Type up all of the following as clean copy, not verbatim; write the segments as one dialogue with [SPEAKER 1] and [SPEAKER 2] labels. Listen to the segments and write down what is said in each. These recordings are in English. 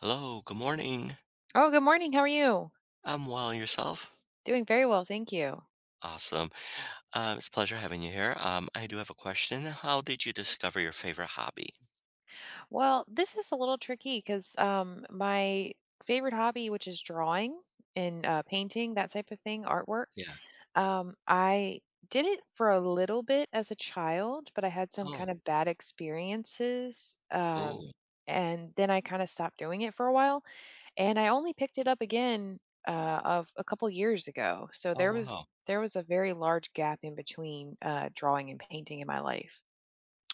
[SPEAKER 1] Hello, good morning.
[SPEAKER 2] Oh, good morning. How are you?
[SPEAKER 1] I'm well, yourself?
[SPEAKER 2] Doing very well, thank you.
[SPEAKER 1] Awesome. It's a pleasure having you here. I do have a question. How did you discover your favorite hobby?
[SPEAKER 2] Well, this is a little tricky because my favorite hobby, which is drawing and painting, that type of thing, artwork,
[SPEAKER 1] Yeah.
[SPEAKER 2] I did it for a little bit as a child, but I had some
[SPEAKER 1] Oh,
[SPEAKER 2] kind of bad experiences.
[SPEAKER 1] oh,
[SPEAKER 2] And then I kind of stopped doing it for a while. And I only picked it up again of a couple years ago. So
[SPEAKER 1] oh,
[SPEAKER 2] there was
[SPEAKER 1] wow.
[SPEAKER 2] there was a very large gap in between drawing and painting in my life.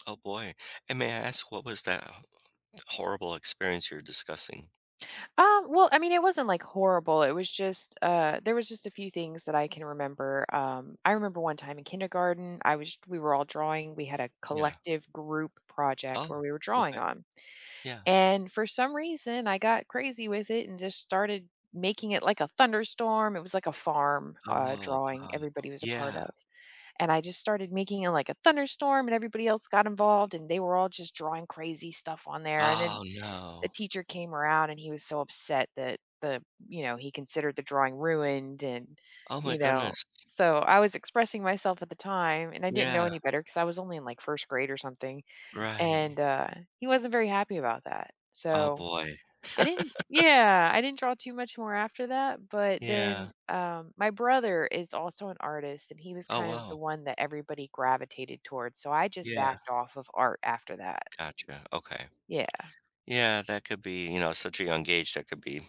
[SPEAKER 1] Oh, boy. And may I ask, what was that horrible experience you're discussing?
[SPEAKER 2] I mean, it wasn't like horrible. It was just there was just a few things that I can remember. I remember one time in kindergarten, I was we were all drawing. We had a
[SPEAKER 1] Yeah.
[SPEAKER 2] collective group project
[SPEAKER 1] Oh,
[SPEAKER 2] where we were drawing
[SPEAKER 1] okay.
[SPEAKER 2] on.
[SPEAKER 1] Yeah.
[SPEAKER 2] And for some reason, I got crazy with it and just started making it like a thunderstorm. It was like a farm
[SPEAKER 1] Oh,
[SPEAKER 2] drawing
[SPEAKER 1] wow.
[SPEAKER 2] everybody was a part
[SPEAKER 1] Yeah.
[SPEAKER 2] of. And I just started making it like a thunderstorm and everybody else got involved and they were all just drawing crazy stuff on there. And then
[SPEAKER 1] Oh,
[SPEAKER 2] a
[SPEAKER 1] no.
[SPEAKER 2] teacher came around and he was so upset that he considered the drawing ruined, and,
[SPEAKER 1] Oh, my
[SPEAKER 2] you know
[SPEAKER 1] goodness.
[SPEAKER 2] so I was expressing myself at the time and I didn't know
[SPEAKER 1] Yeah.
[SPEAKER 2] any better because I was only in, like, 1st grade or something,
[SPEAKER 1] Right.
[SPEAKER 2] and, he wasn't very happy about that.
[SPEAKER 1] Oh,
[SPEAKER 2] So,
[SPEAKER 1] boy.
[SPEAKER 2] I didn't yeah, I didn't draw too much more after that, but
[SPEAKER 1] Yeah.
[SPEAKER 2] then, my brother is also an artist, and he was
[SPEAKER 1] Oh,
[SPEAKER 2] kind of the
[SPEAKER 1] wow.
[SPEAKER 2] one that everybody gravitated towards, so I just
[SPEAKER 1] Yeah.
[SPEAKER 2] backed off of art after that.
[SPEAKER 1] Gotcha. Okay.
[SPEAKER 2] Yeah.
[SPEAKER 1] Yeah, that could be, you know, at such a young age, that could be,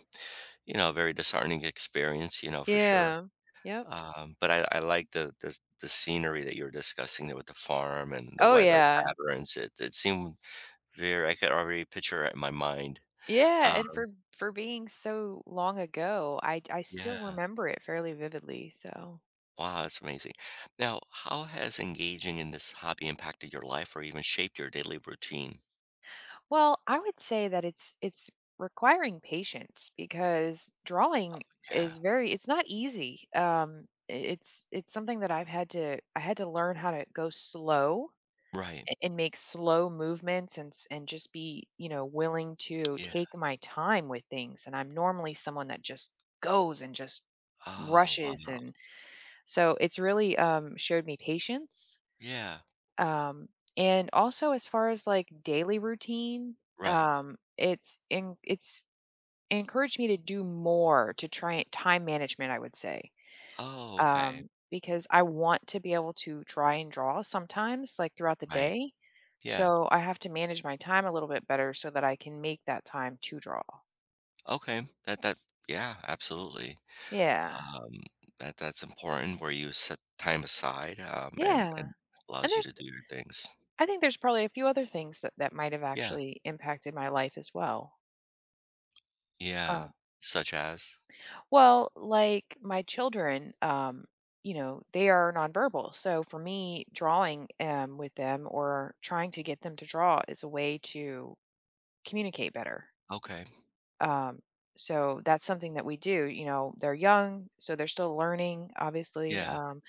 [SPEAKER 1] you know, a very disheartening experience, you know, for sure.
[SPEAKER 2] Yeah. Yep.
[SPEAKER 1] But I like the scenery that you were discussing there with the farm and the
[SPEAKER 2] Oh,
[SPEAKER 1] weather
[SPEAKER 2] yeah.
[SPEAKER 1] patterns. It seemed very I could already picture it in my mind.
[SPEAKER 2] Yeah, and
[SPEAKER 1] Um,
[SPEAKER 2] for being so long ago, I still
[SPEAKER 1] yeah.
[SPEAKER 2] remember it fairly vividly. So,
[SPEAKER 1] Wow, that's amazing. Now, how has engaging in this hobby impacted your life or even shaped your daily routine?
[SPEAKER 2] well, I would say that it's requiring patience because drawing
[SPEAKER 1] Yeah.
[SPEAKER 2] is very it's not easy. It's something that I had to learn how to go slow
[SPEAKER 1] Right.
[SPEAKER 2] and make slow movements and and just be, you know, willing to
[SPEAKER 1] Yeah.
[SPEAKER 2] take my time with things. And I'm normally someone that just goes and just
[SPEAKER 1] Oh,
[SPEAKER 2] rushes
[SPEAKER 1] wow.
[SPEAKER 2] and so it's really showed me patience.
[SPEAKER 1] Yeah.
[SPEAKER 2] Um, and also as far as like daily routine,
[SPEAKER 1] Right.
[SPEAKER 2] it's encouraged me to do more to try time management, I would say.
[SPEAKER 1] Oh, okay.
[SPEAKER 2] Because I want to be able to try and draw sometimes like throughout the
[SPEAKER 1] Right.
[SPEAKER 2] day.
[SPEAKER 1] Yeah.
[SPEAKER 2] So I have to manage my time a little bit better so that I can make that time to draw.
[SPEAKER 1] Okay, that yeah, absolutely.
[SPEAKER 2] Yeah.
[SPEAKER 1] Um, that's important where you set time aside,
[SPEAKER 2] Yeah.
[SPEAKER 1] and
[SPEAKER 2] And
[SPEAKER 1] allows you
[SPEAKER 2] there's
[SPEAKER 1] to do your things.
[SPEAKER 2] I think there's probably a few other things that might have
[SPEAKER 1] Yeah,
[SPEAKER 2] actually impacted my life as well.
[SPEAKER 1] yeah,
[SPEAKER 2] um,
[SPEAKER 1] such as?
[SPEAKER 2] Well, like my children, you know, they are nonverbal. So for me, drawing with them or trying to get them to draw is a way to communicate better.
[SPEAKER 1] Okay,
[SPEAKER 2] Um, so that's something that we do. You know, they're young, so they're still learning, obviously,
[SPEAKER 1] yeah.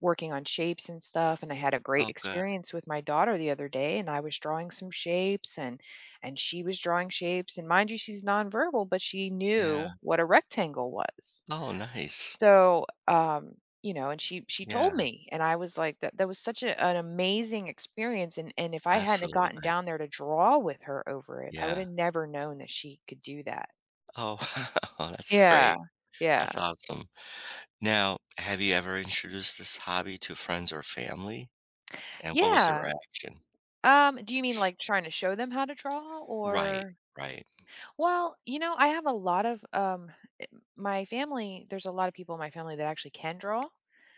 [SPEAKER 2] working on shapes and stuff. And I had a
[SPEAKER 1] Oh,
[SPEAKER 2] great
[SPEAKER 1] good,
[SPEAKER 2] experience with my daughter the other day, and I was drawing some shapes, and she was drawing shapes. And mind you, she's nonverbal, but she
[SPEAKER 1] yeah.
[SPEAKER 2] knew what a rectangle was,
[SPEAKER 1] Oh, nice.
[SPEAKER 2] so, you know, and she told
[SPEAKER 1] Yeah,
[SPEAKER 2] me, and I was like, that was such a, an amazing experience. And if I hadn't have gotten
[SPEAKER 1] absolutely.
[SPEAKER 2] down there to draw with her over it, I would
[SPEAKER 1] Yeah.
[SPEAKER 2] have never known that she could do that.
[SPEAKER 1] Oh, wow, that's great.
[SPEAKER 2] Yeah, yeah,
[SPEAKER 1] That's awesome. Now, have you ever introduced this hobby to friends or family, and what was their
[SPEAKER 2] yeah.
[SPEAKER 1] reaction?
[SPEAKER 2] Do you mean like trying to show them how to draw,
[SPEAKER 1] Right,
[SPEAKER 2] or?
[SPEAKER 1] right.
[SPEAKER 2] Well, you know, I have a lot of my family. There's a lot of people in my family that actually can draw.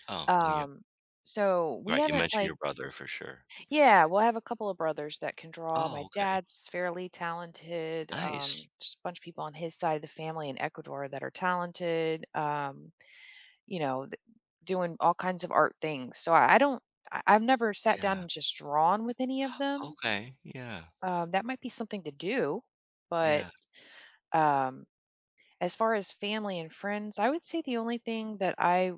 [SPEAKER 1] Oh, well, yeah,
[SPEAKER 2] Um, so we
[SPEAKER 1] right, you
[SPEAKER 2] haven't
[SPEAKER 1] mentioned
[SPEAKER 2] like
[SPEAKER 1] your brother for sure.
[SPEAKER 2] Yeah, well, I have a couple of brothers that can draw. My
[SPEAKER 1] Oh, okay.
[SPEAKER 2] dad's fairly talented.
[SPEAKER 1] Nice.
[SPEAKER 2] Just a bunch of people on his side of the family in Ecuador that are talented. You know, th- Doing all kinds of art things. So I don't. I've never sat down
[SPEAKER 1] Yeah.
[SPEAKER 2] and just drawn with any of them.
[SPEAKER 1] Okay. Yeah.
[SPEAKER 2] That might be something to do, but
[SPEAKER 1] Yeah.
[SPEAKER 2] um, as far as family and friends, I would say the only thing that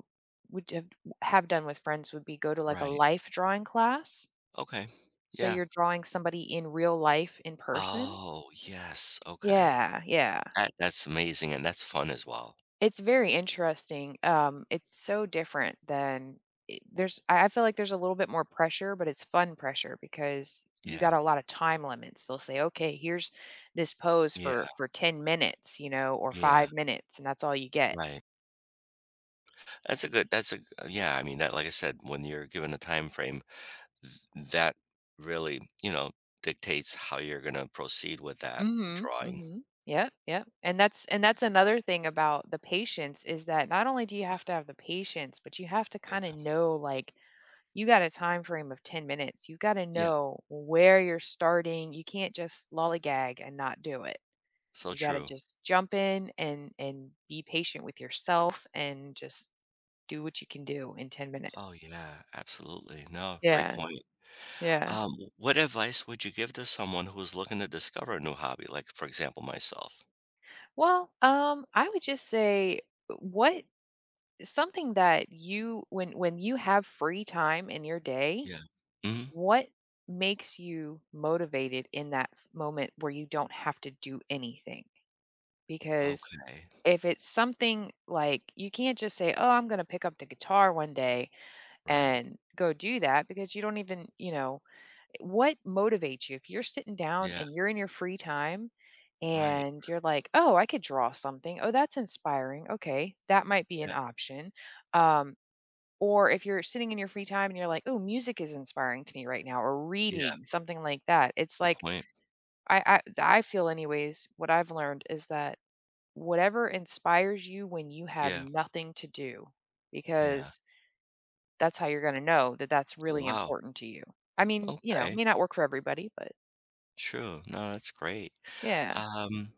[SPEAKER 2] would have, have done with friends would be go to like a
[SPEAKER 1] Right.
[SPEAKER 2] life drawing class.
[SPEAKER 1] Okay.
[SPEAKER 2] So
[SPEAKER 1] Yeah.
[SPEAKER 2] you're drawing somebody in real life in person?
[SPEAKER 1] Oh, yes. Okay.
[SPEAKER 2] Yeah.
[SPEAKER 1] That that's amazing and that's fun as well.
[SPEAKER 2] It's very interesting. It's so different than I feel like there's a little bit more pressure, but it's fun pressure because you
[SPEAKER 1] Yeah.
[SPEAKER 2] got a lot of time limits. They'll say, "Okay, here's this pose
[SPEAKER 1] Yeah.
[SPEAKER 2] for 10 minutes," you know, or
[SPEAKER 1] Yeah.
[SPEAKER 2] 5 minutes, and that's all you get.
[SPEAKER 1] Right. That's a good yeah, I mean that like I said, when you're given a time frame, th- that really, you know, dictates how you're gonna proceed with that
[SPEAKER 2] Mhm,
[SPEAKER 1] drawing.
[SPEAKER 2] mhm. Yep. And that's another thing about the patience, is that not only do you
[SPEAKER 1] Yeah.
[SPEAKER 2] have to have the patience, but you have to kinda
[SPEAKER 1] Yeah.
[SPEAKER 2] know, like, you got a time frame of 10 minutes. You got to
[SPEAKER 1] Yeah.
[SPEAKER 2] know where you're starting. You can't just lollygag and not do it.
[SPEAKER 1] So
[SPEAKER 2] You got to
[SPEAKER 1] true.
[SPEAKER 2] just jump in and be patient with yourself and just do what you can do in 10
[SPEAKER 1] Oh
[SPEAKER 2] minutes.
[SPEAKER 1] yeah, absolutely. No, great
[SPEAKER 2] Yeah.
[SPEAKER 1] point.
[SPEAKER 2] Yeah.
[SPEAKER 1] What advice would you give to someone who's looking to discover a new hobby? Like, for example, myself.
[SPEAKER 2] Well, I would just say what something that you when you have free time in your day,
[SPEAKER 1] Yeah. Hmm.
[SPEAKER 2] what makes you motivated in that moment where you don't have to do anything? Because
[SPEAKER 1] Okay.
[SPEAKER 2] if it's something like you can't just say, "Oh, I'm going to pick up the guitar one day
[SPEAKER 1] Right.
[SPEAKER 2] and go do that," because you don't even, you know, what motivates you? If you're sitting down
[SPEAKER 1] Yeah.
[SPEAKER 2] and you're in your free time
[SPEAKER 1] Right.
[SPEAKER 2] and you're like, "Oh, I could draw something. Oh, that's inspiring. Okay, that might be an
[SPEAKER 1] Yeah.
[SPEAKER 2] option." Um or if you're sitting in your free time and you're like, "Oh, music is inspiring to me right now," or
[SPEAKER 1] Yeah.
[SPEAKER 2] reading, something like that. It's
[SPEAKER 1] Good
[SPEAKER 2] like
[SPEAKER 1] point.
[SPEAKER 2] I feel anyways, what I've learned is that whatever inspires you when you have
[SPEAKER 1] Yeah.
[SPEAKER 2] nothing to do,
[SPEAKER 1] Yeah.
[SPEAKER 2] because that's how you're going to know that that's really
[SPEAKER 1] Wow.
[SPEAKER 2] important to you. I mean, you know,
[SPEAKER 1] Okay.
[SPEAKER 2] may not work for everybody, but
[SPEAKER 1] True. No, that's great.
[SPEAKER 2] yeah.
[SPEAKER 1] Um,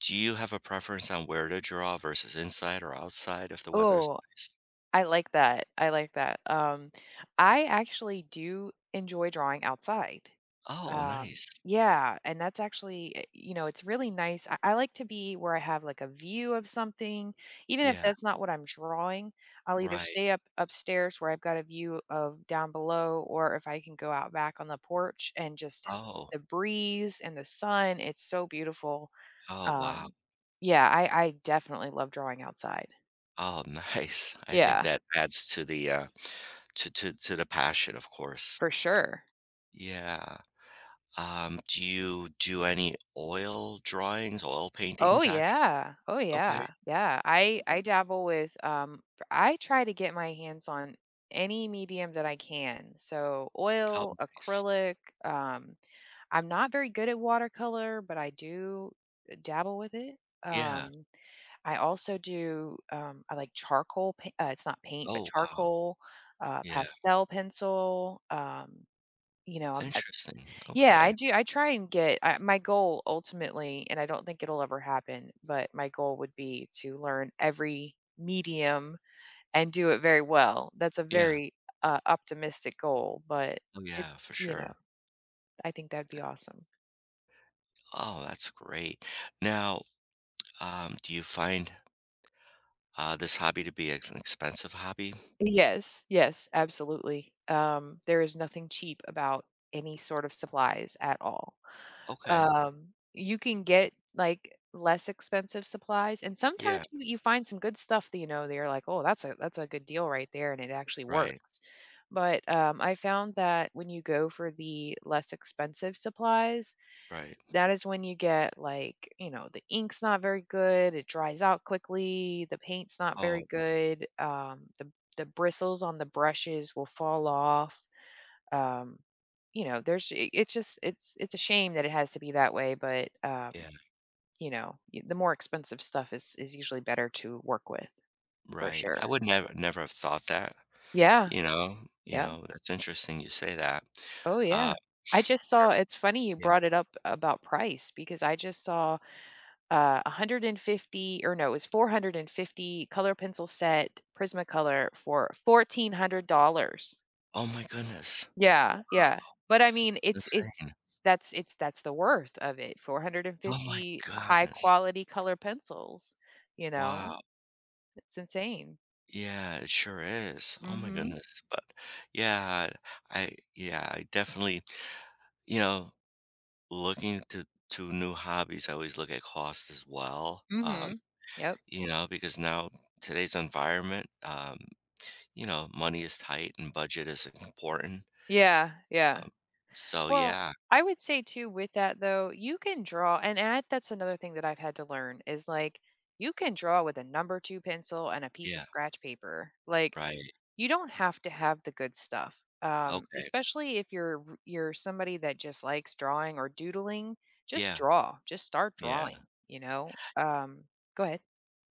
[SPEAKER 1] do you have a preference on where to draw versus inside or outside if the weather is
[SPEAKER 2] Oh,
[SPEAKER 1] nice?
[SPEAKER 2] I like that. I actually do enjoy drawing outside.
[SPEAKER 1] Oh,
[SPEAKER 2] Um,
[SPEAKER 1] nice.
[SPEAKER 2] yeah, and that's actually, you know, it's really nice. I like to be where I have like a view of something, even if
[SPEAKER 1] Yeah.
[SPEAKER 2] that's not what I'm drawing. I'll either
[SPEAKER 1] Right.
[SPEAKER 2] stay up upstairs where I've got a view of down below, or if I can go out back on the porch and just
[SPEAKER 1] Oh.
[SPEAKER 2] the breeze and the sun, it's so beautiful.
[SPEAKER 1] Oh, wow.
[SPEAKER 2] Um, yeah, I definitely love drawing outside.
[SPEAKER 1] Oh, nice. I think
[SPEAKER 2] Yeah,
[SPEAKER 1] that adds to the to the passion, of course.
[SPEAKER 2] for sure.
[SPEAKER 1] Yeah. Do you do any oil drawings, oil
[SPEAKER 2] Oh
[SPEAKER 1] paintings, actually.
[SPEAKER 2] yeah. Oh
[SPEAKER 1] Okay.
[SPEAKER 2] Yeah. I
[SPEAKER 1] Well,
[SPEAKER 2] I dabble with I try to get my hands on any medium that I can. So
[SPEAKER 1] oh,
[SPEAKER 2] oil,
[SPEAKER 1] nice.
[SPEAKER 2] acrylic, um I'm not very good at watercolor, but I do dabble with it.
[SPEAKER 1] Yeah.
[SPEAKER 2] Um I also do I like it's not paint, but
[SPEAKER 1] Oh, wow.
[SPEAKER 2] charcoal,
[SPEAKER 1] Yeah.
[SPEAKER 2] pastel pencil, you know, I'm
[SPEAKER 1] Interesting.
[SPEAKER 2] yeah, I
[SPEAKER 1] Okay.
[SPEAKER 2] do. I try and get I, my goal ultimately, and I don't think it'll ever happen, but my goal would be to learn every medium and do it very well. That's a
[SPEAKER 1] Yeah.
[SPEAKER 2] very optimistic goal, but
[SPEAKER 1] Oh, yeah,
[SPEAKER 2] it's,
[SPEAKER 1] for
[SPEAKER 2] you know,
[SPEAKER 1] sure.
[SPEAKER 2] I think that'd be awesome.
[SPEAKER 1] Oh, that's great. Now, do you find, this hobby to be ex an expensive hobby?
[SPEAKER 2] Yes, yes, absolutely. There is nothing cheap about any sort of supplies at all.
[SPEAKER 1] Okay.
[SPEAKER 2] Um, you can get, like, less expensive supplies, and sometimes
[SPEAKER 1] Yeah.
[SPEAKER 2] you find some good stuff that, you know, they are like, "Oh, that's a good deal right there," and it actually
[SPEAKER 1] Right.
[SPEAKER 2] works. But, I found that when you go for the less expensive supplies,
[SPEAKER 1] Right.
[SPEAKER 2] that is when you get, like, you know, the ink's not very good, it dries out quickly, the paint's not very
[SPEAKER 1] Oh,
[SPEAKER 2] good, the bristles on the brushes will fall off. Um, you know, there's it's just it's a shame that it has to be that way, but
[SPEAKER 1] yeah.
[SPEAKER 2] you know, the more expensive stuff is usually better to work with for
[SPEAKER 1] Right. I
[SPEAKER 2] sure.
[SPEAKER 1] would never have thought that,
[SPEAKER 2] Yeah,
[SPEAKER 1] you know? You
[SPEAKER 2] yeah.
[SPEAKER 1] know, that's interesting you say that.
[SPEAKER 2] Oh
[SPEAKER 1] Uh,
[SPEAKER 2] yeah. I just saw it's funny you brought it up about price because I just saw 150, or no, it was 450 color pencil set Prismacolor for $1400.
[SPEAKER 1] oh my goodness.
[SPEAKER 2] Yeah,
[SPEAKER 1] Wow.
[SPEAKER 2] but I mean,
[SPEAKER 1] Insane.
[SPEAKER 2] it's that's the worth of it,
[SPEAKER 1] Oh my
[SPEAKER 2] 450 high
[SPEAKER 1] goodness.
[SPEAKER 2] quality color pencils, you know?
[SPEAKER 1] Wow.
[SPEAKER 2] It's insane.
[SPEAKER 1] Yeah, it sure is. Oh my
[SPEAKER 2] Mhm,
[SPEAKER 1] goodness. But yeah, yeah, I definitely, you know, looking to new hobbies, I always look at cost as well.
[SPEAKER 2] mhm. Yep.
[SPEAKER 1] You know, because now today's environment, you know, money is tight and budget is important.
[SPEAKER 2] Yeah, yeah.
[SPEAKER 1] Um, so
[SPEAKER 2] Well,
[SPEAKER 1] yeah,
[SPEAKER 2] I would say too with that though, you can draw and I that's another thing that I've had to learn is, like, you can draw with a number 2 pencil and a piece of
[SPEAKER 1] yeah,
[SPEAKER 2] scratch paper, like,
[SPEAKER 1] right.
[SPEAKER 2] you don't have to have the good stuff
[SPEAKER 1] Okay.
[SPEAKER 2] especially if you're somebody that just likes drawing or doodling, just
[SPEAKER 1] Yeah,
[SPEAKER 2] draw, just start
[SPEAKER 1] yeah.
[SPEAKER 2] drawing, go ahead.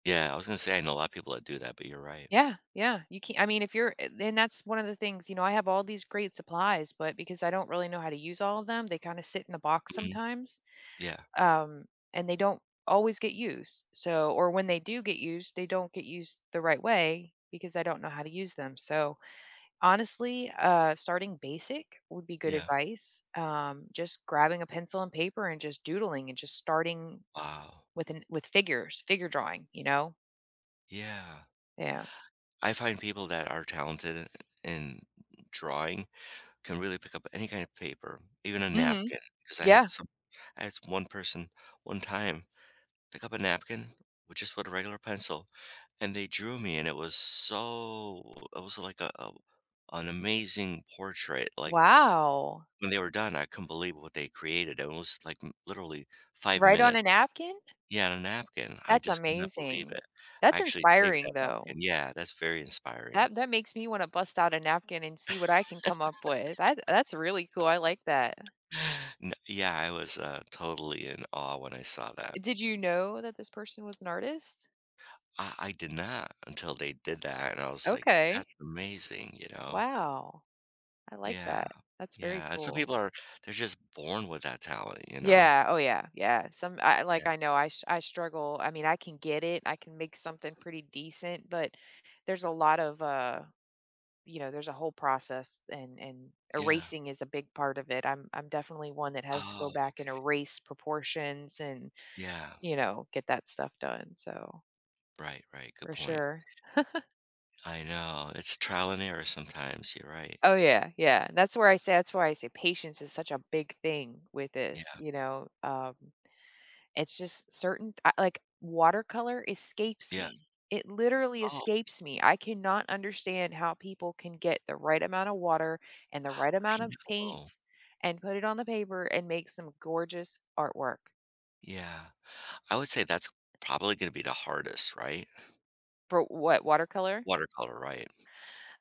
[SPEAKER 1] Yeah, I was gonna say I know a lot of people that do that, but you're right.
[SPEAKER 2] Yeah, yeah, you can, I mean, if and that's one of the things, you know, I have all these great supplies, but because I don't really know how to use all of them, they kind of sit in the box
[SPEAKER 1] Mhm.
[SPEAKER 2] sometimes,
[SPEAKER 1] Yeah.
[SPEAKER 2] um, and they don't always get used. So, or when they do get used, they don't get used the right way because I don't know how to use them. So, honestly, starting basic would be good
[SPEAKER 1] Yeah.
[SPEAKER 2] advice. Just grabbing a pencil and paper and just doodling and just starting
[SPEAKER 1] Wow.
[SPEAKER 2] with figures, figure drawing, you know?
[SPEAKER 1] Yeah.
[SPEAKER 2] Yeah.
[SPEAKER 1] I find people that are talented in drawing can really pick up any kind of paper, even a
[SPEAKER 2] Mhm.
[SPEAKER 1] napkin. Because I had
[SPEAKER 2] Yeah.
[SPEAKER 1] some I had one person one time pick up a napkin with just with a regular pencil, and they drew me, and it was so it was like a an amazing portrait, like,
[SPEAKER 2] Wow.
[SPEAKER 1] when they were done, I couldn't believe what they created, it was, like, m literally 5
[SPEAKER 2] Right, on
[SPEAKER 1] minutes.
[SPEAKER 2] a napkin?
[SPEAKER 1] Yeah, on a napkin. I
[SPEAKER 2] That's
[SPEAKER 1] just could not believe it.
[SPEAKER 2] amazing.
[SPEAKER 1] I
[SPEAKER 2] That's
[SPEAKER 1] actually saved that
[SPEAKER 2] inspiring
[SPEAKER 1] napkin.
[SPEAKER 2] though.
[SPEAKER 1] Yeah, that's very inspiring.
[SPEAKER 2] That makes me want to bust out a napkin and see what I can come up with. That's really cool. I like that.
[SPEAKER 1] N yeah, I was, totally in awe when I saw that.
[SPEAKER 2] Did you know that this person was an artist?
[SPEAKER 1] I did not until they did that, and I was like,
[SPEAKER 2] Okay.
[SPEAKER 1] "That's amazing," you know?
[SPEAKER 2] Wow. I like
[SPEAKER 1] Yeah.
[SPEAKER 2] that. That's very
[SPEAKER 1] Yeah, and some
[SPEAKER 2] cool.
[SPEAKER 1] people are they're just born with that talent, you know?
[SPEAKER 2] Yeah, oh yeah, yeah. Some, I
[SPEAKER 1] Yeah.
[SPEAKER 2] like, I know, I struggle. I mean, I can get it. I can make something pretty decent, but there's a lot of you know, there's a whole process, and
[SPEAKER 1] Yeah.
[SPEAKER 2] erasing is a big part of it. I'm definitely one that has to go
[SPEAKER 1] Oh,
[SPEAKER 2] back and
[SPEAKER 1] okay.
[SPEAKER 2] erase proportions and,
[SPEAKER 1] Yeah.
[SPEAKER 2] you know, get that stuff done. So,
[SPEAKER 1] Right, right, good
[SPEAKER 2] for
[SPEAKER 1] point.
[SPEAKER 2] sure.
[SPEAKER 1] I know, it's trial and error sometimes, you're right.
[SPEAKER 2] Oh yeah, yeah. That's where I say, that's why I say patience is such a big thing with this,
[SPEAKER 1] Yeah,
[SPEAKER 2] you know. It's just certain, I like, watercolor escapes
[SPEAKER 1] yeah.
[SPEAKER 2] me. It literally
[SPEAKER 1] Oh,
[SPEAKER 2] escapes me. I cannot understand how people can get the right amount of water and the right amount
[SPEAKER 1] I
[SPEAKER 2] of
[SPEAKER 1] know.
[SPEAKER 2] paints and put it on the paper and make some gorgeous artwork.
[SPEAKER 1] Yeah. I would say that's probably gonna be the hardest, right?
[SPEAKER 2] For what, watercolor?
[SPEAKER 1] Watercolor, right?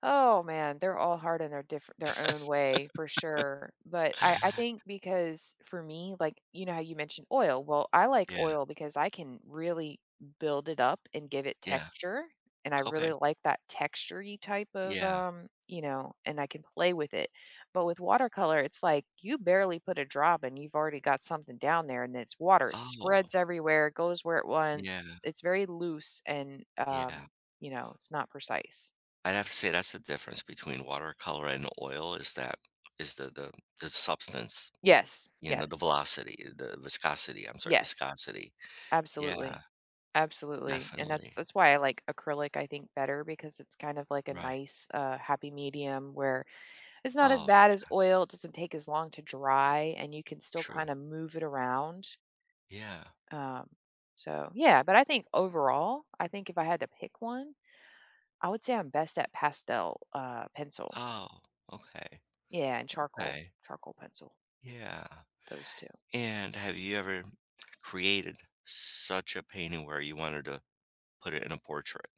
[SPEAKER 2] Oh man, they're all hard in their different, their own way for sure. But I think because for me, like, you know how you mentioned oil. Well, I like
[SPEAKER 1] Yeah,
[SPEAKER 2] oil because I can really build it up and give it
[SPEAKER 1] yeah.
[SPEAKER 2] texture. And I
[SPEAKER 1] Okay.
[SPEAKER 2] really like that textury type of
[SPEAKER 1] Yeah.
[SPEAKER 2] you know, and I can play with it. But with watercolor, it's like you barely put a drop and you've already got something down there and it's water. It spreads
[SPEAKER 1] Oh,
[SPEAKER 2] everywhere, it goes where it wants.
[SPEAKER 1] yeah,
[SPEAKER 2] It's very loose and,
[SPEAKER 1] yeah.
[SPEAKER 2] you know, it's not precise.
[SPEAKER 1] I'd have to say that's the difference between watercolor and oil is that is the substance,
[SPEAKER 2] Yes,
[SPEAKER 1] you know, the
[SPEAKER 2] yes,
[SPEAKER 1] velocity, the viscosity. I'm sorry,
[SPEAKER 2] yes,
[SPEAKER 1] viscosity. Yeah,
[SPEAKER 2] absolutely, absolutely, and
[SPEAKER 1] definitely.
[SPEAKER 2] that's why I like acrylic, I think, better because it's kind of like a
[SPEAKER 1] Right.
[SPEAKER 2] nice, happy medium where it's not as
[SPEAKER 1] Oh,
[SPEAKER 2] bad
[SPEAKER 1] yeah,
[SPEAKER 2] as oil, it doesn't take as long to dry, and you can still
[SPEAKER 1] true.
[SPEAKER 2] kinda move it around,
[SPEAKER 1] Yeah.
[SPEAKER 2] um, so, yeah, but I think overall, I think if I had to pick one, I would say I'm best at pastel, pencil.
[SPEAKER 1] Oh, okay.
[SPEAKER 2] Yeah, and charcoal,
[SPEAKER 1] Okay.
[SPEAKER 2] charcoal pencil,
[SPEAKER 1] Yeah.
[SPEAKER 2] those 2.
[SPEAKER 1] And have you ever created such a painting where you wanted to put it in a portrait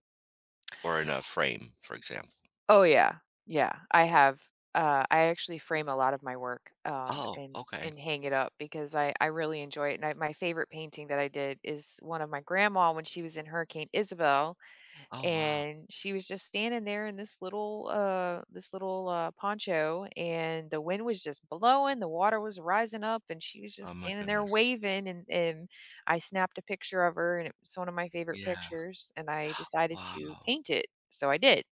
[SPEAKER 1] or in a frame, for example?
[SPEAKER 2] Oh, yeah. Yeah, I have, I actually frame a lot of my work,
[SPEAKER 1] Oh, okay.
[SPEAKER 2] and hang it up because I really enjoy it, and I, my favorite painting that I did is one of my grandma when she was in Hurricane Isabel,
[SPEAKER 1] Oh, wow.
[SPEAKER 2] and she was just standing there in this little, poncho, and the wind was just blowing, the water was rising up, and she was
[SPEAKER 1] Oh,
[SPEAKER 2] just
[SPEAKER 1] my
[SPEAKER 2] standing there
[SPEAKER 1] goodness.
[SPEAKER 2] waving, and I snapped a picture of her, and it's one of my favorite
[SPEAKER 1] Yeah.
[SPEAKER 2] pictures, and I decided to
[SPEAKER 1] Wow.
[SPEAKER 2] paint it, so I did.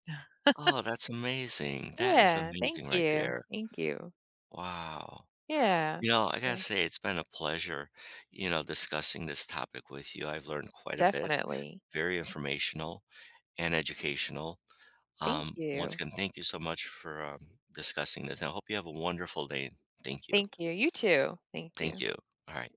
[SPEAKER 1] Oh, that's amazing. That is
[SPEAKER 2] Yeah, thank
[SPEAKER 1] amazing right
[SPEAKER 2] you,
[SPEAKER 1] there.
[SPEAKER 2] thank you.
[SPEAKER 1] Wow.
[SPEAKER 2] Yeah,
[SPEAKER 1] You know, I gotta
[SPEAKER 2] yeah,
[SPEAKER 1] say, it's been a pleasure, you know, discussing this topic with you. I've learned quite a bit,
[SPEAKER 2] definitely.
[SPEAKER 1] very informational and educational.
[SPEAKER 2] Thank
[SPEAKER 1] Once
[SPEAKER 2] you,
[SPEAKER 1] again, thank you so much for discussing this. I hope you have a wonderful day. Thank you.
[SPEAKER 2] thank you. You too, thank
[SPEAKER 1] Thank
[SPEAKER 2] you.
[SPEAKER 1] you. All right.